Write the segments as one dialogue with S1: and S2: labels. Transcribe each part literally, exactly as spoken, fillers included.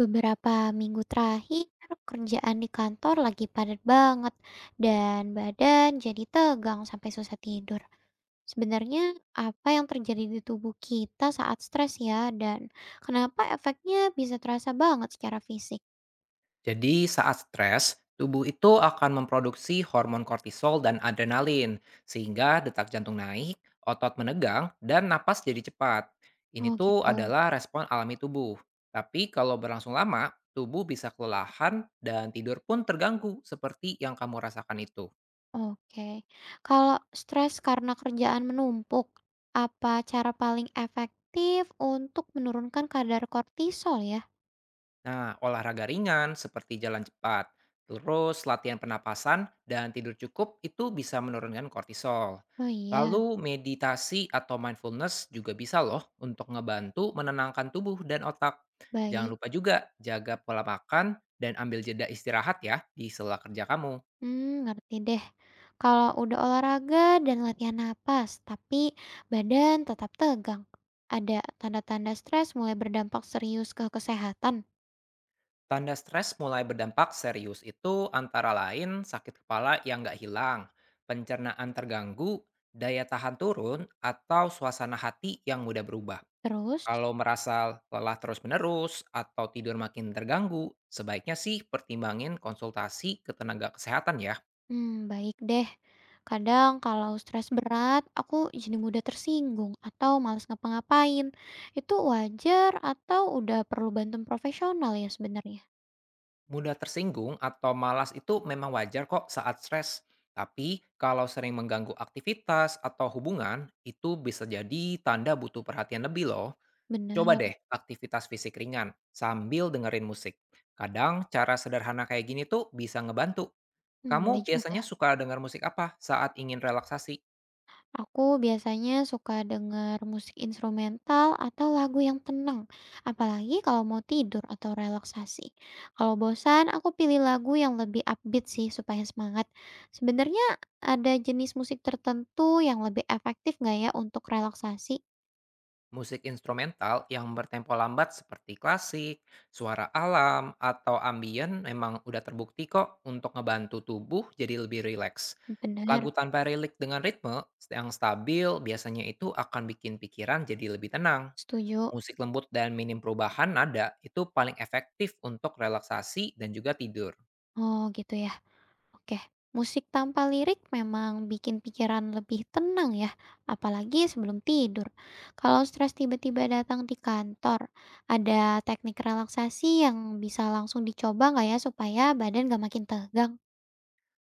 S1: Beberapa minggu terakhir, kerjaan di kantor lagi padat banget dan badan jadi tegang sampai susah tidur. Sebenarnya apa yang terjadi di tubuh kita saat stres ya dan kenapa efeknya bisa terasa banget secara fisik?
S2: Jadi saat stres, tubuh itu akan memproduksi hormon kortisol dan adrenalin, sehingga detak jantung naik, otot menegang, dan napas jadi cepat. Ini
S1: Oh
S2: tuh
S1: gitu.
S2: adalah respon alami tubuh. Tapi kalau berlangsung lama, tubuh bisa kelelahan dan tidur pun terganggu seperti yang kamu rasakan itu.
S1: Oke. Kalau stres karena kerjaan menumpuk, apa cara paling efektif untuk menurunkan kadar kortisol ya?
S2: Nah, olahraga ringan seperti jalan cepat, terus latihan pernapasan dan tidur cukup itu bisa menurunkan kortisol.
S1: Oh iya,
S2: Lalu meditasi atau mindfulness juga bisa loh untuk ngebantu menenangkan tubuh dan otak. Jangan
S1: baik.
S2: lupa juga jaga pola makan dan ambil jeda istirahat ya di sela kerja kamu.
S1: Hmm, ngerti deh. Kalau udah olahraga dan latihan napas, tapi badan tetap tegang, ada tanda-tanda stres mulai berdampak serius ke kesehatan?
S2: Tanda stres mulai berdampak serius itu antara lain sakit kepala yang nggak hilang, pencernaan terganggu, daya tahan turun, atau suasana hati yang mudah berubah.
S1: Terus?
S2: Kalau merasa lelah terus-menerus atau tidur makin terganggu, sebaiknya sih pertimbangin konsultasi ke tenaga kesehatan ya.
S1: Hmm, baik deh. Kadang kalau stres berat, aku jadi mudah tersinggung atau malas ngapa-ngapain. Itu wajar atau udah perlu bantuan profesional ya sebenarnya?
S2: Mudah tersinggung atau malas itu memang wajar kok saat stres. Tapi kalau sering mengganggu aktivitas atau hubungan, itu bisa jadi tanda butuh perhatian lebih loh. Coba
S1: Benar.
S2: deh aktivitas fisik ringan sambil dengerin musik. Kadang cara sederhana kayak gini tuh bisa ngebantu.
S1: Hmm, boleh
S2: Kamu
S1: juga.
S2: biasanya suka dengar musik apa saat ingin relaksasi?
S1: Aku biasanya suka dengar musik instrumental atau lagu yang tenang, apalagi kalau mau tidur atau relaksasi. Kalau bosan, aku pilih lagu yang lebih upbeat sih supaya semangat. Sebenarnya ada jenis musik tertentu yang lebih efektif nggak ya untuk relaksasi?
S2: Musik instrumental yang bertempo lambat seperti klasik, suara alam, atau ambien memang udah terbukti kok untuk ngebantu tubuh jadi lebih rileks.
S1: Bener,
S2: Lagu tanpa lirik dengan ritme yang stabil biasanya itu akan bikin pikiran jadi lebih tenang.
S1: setuju.
S2: Musik lembut dan minim perubahan nada itu paling efektif untuk relaksasi dan juga tidur.
S1: Oh gitu ya. Oke, musik tanpa lirik memang bikin pikiran lebih tenang ya, apalagi sebelum tidur. Kalau stres tiba-tiba datang di kantor, ada teknik relaksasi yang bisa langsung dicoba nggak ya supaya badan nggak makin tegang?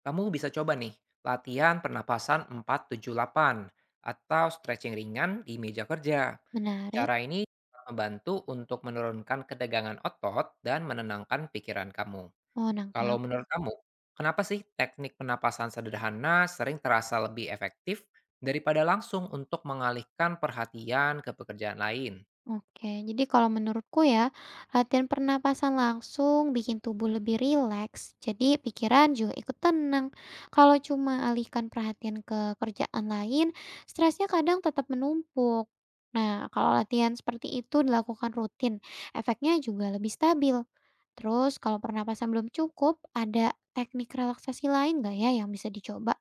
S2: Kamu bisa coba nih, latihan pernapasan empat tujuh delapan atau stretching ringan di meja kerja.
S1: Menarik,
S2: Cara ini dapat membantu untuk menurunkan ketegangan otot dan menenangkan pikiran kamu.
S1: mau
S2: Kalau
S1: nangkap.
S2: menurut kamu, kenapa sih teknik penapasan sederhana sering terasa lebih efektif daripada langsung untuk mengalihkan perhatian ke pekerjaan lain?
S1: Oke, jadi kalau menurutku ya, latihan pernapasan langsung bikin tubuh lebih rileks, jadi pikiran juga ikut tenang. Kalau cuma alihkan perhatian ke kerjaan lain, stresnya kadang tetap menumpuk. Nah, kalau latihan seperti itu dilakukan rutin, efeknya juga lebih stabil. Terus, kalau pernapasan belum cukup, ada teknik relaksasi lain nggak ya yang bisa dicoba?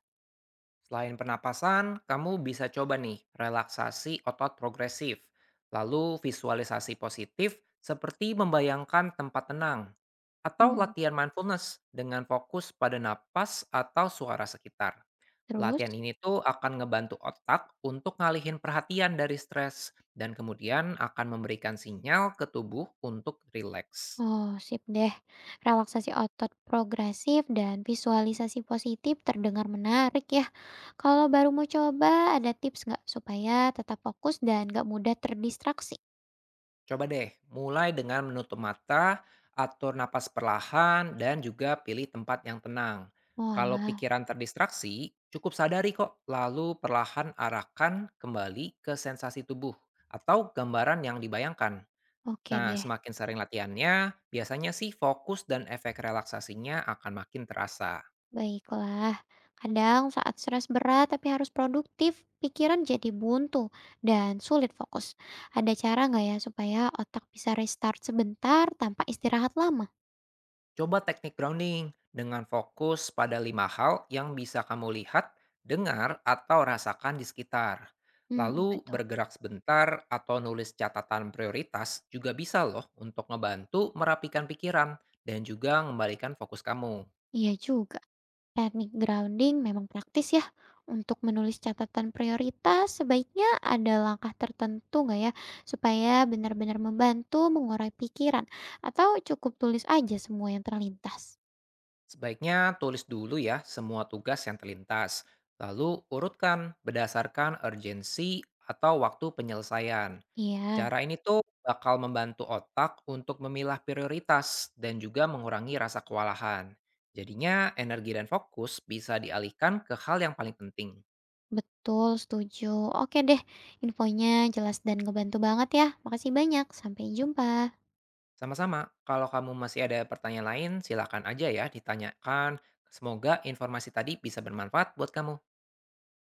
S2: Selain pernapasan, kamu bisa coba nih relaksasi otot progresif, lalu visualisasi positif seperti membayangkan tempat tenang, atau
S1: Hmm.
S2: latihan mindfulness dengan fokus pada napas atau suara sekitar.
S1: Terus?
S2: Latihan ini tuh akan ngebantu otak untuk ngalihin perhatian dari stres dan kemudian akan memberikan sinyal ke tubuh untuk rileks.
S1: Oh, sip deh. Relaksasi otot progresif dan visualisasi positif terdengar menarik ya. Kalau baru mau coba, ada tips nggak supaya tetap fokus dan nggak mudah terdistraksi?
S2: Coba deh, mulai dengan menutup mata, atur napas perlahan, dan juga pilih tempat yang tenang. Kalau
S1: Wah,
S2: pikiran terdistraksi, cukup sadari kok, lalu perlahan arahkan kembali ke sensasi tubuh atau gambaran yang dibayangkan.
S1: oke
S2: Nah,
S1: deh.
S2: semakin sering latihannya, biasanya sih fokus dan efek relaksasinya akan makin terasa.
S1: Baiklah. Kadang saat stres berat tapi harus produktif, pikiran jadi buntu dan sulit fokus. Ada cara nggak ya supaya otak bisa restart sebentar tanpa istirahat lama?
S2: Coba teknik grounding dengan fokus pada lima hal yang bisa kamu lihat, dengar, atau rasakan di sekitar.
S1: Hmm, apa
S2: Lalu
S1: tuh?
S2: bergerak sebentar atau nulis catatan prioritas juga bisa loh untuk ngebantu merapikan pikiran dan juga mengembalikan fokus kamu.
S1: Iya juga. Teknik grounding memang praktis ya. Untuk menulis catatan prioritas, sebaiknya ada langkah tertentu nggak ya? Supaya benar-benar membantu mengurai pikiran. Atau cukup tulis aja semua yang terlintas.
S2: Sebaiknya tulis dulu ya semua tugas yang terlintas, lalu urutkan berdasarkan urgensi atau waktu penyelesaian.
S1: Iya,
S2: Cara ini tuh bakal membantu otak untuk memilah prioritas dan juga mengurangi rasa kewalahan. Jadinya energi dan fokus bisa dialihkan ke hal yang paling penting.
S1: betul, setuju. Oke deh, infonya jelas dan ngebantu banget ya. Makasih banyak, sampai jumpa.
S2: Sama-sama, kalau kamu masih ada pertanyaan lain, silakan aja ya ditanyakan. Semoga informasi tadi bisa bermanfaat buat kamu.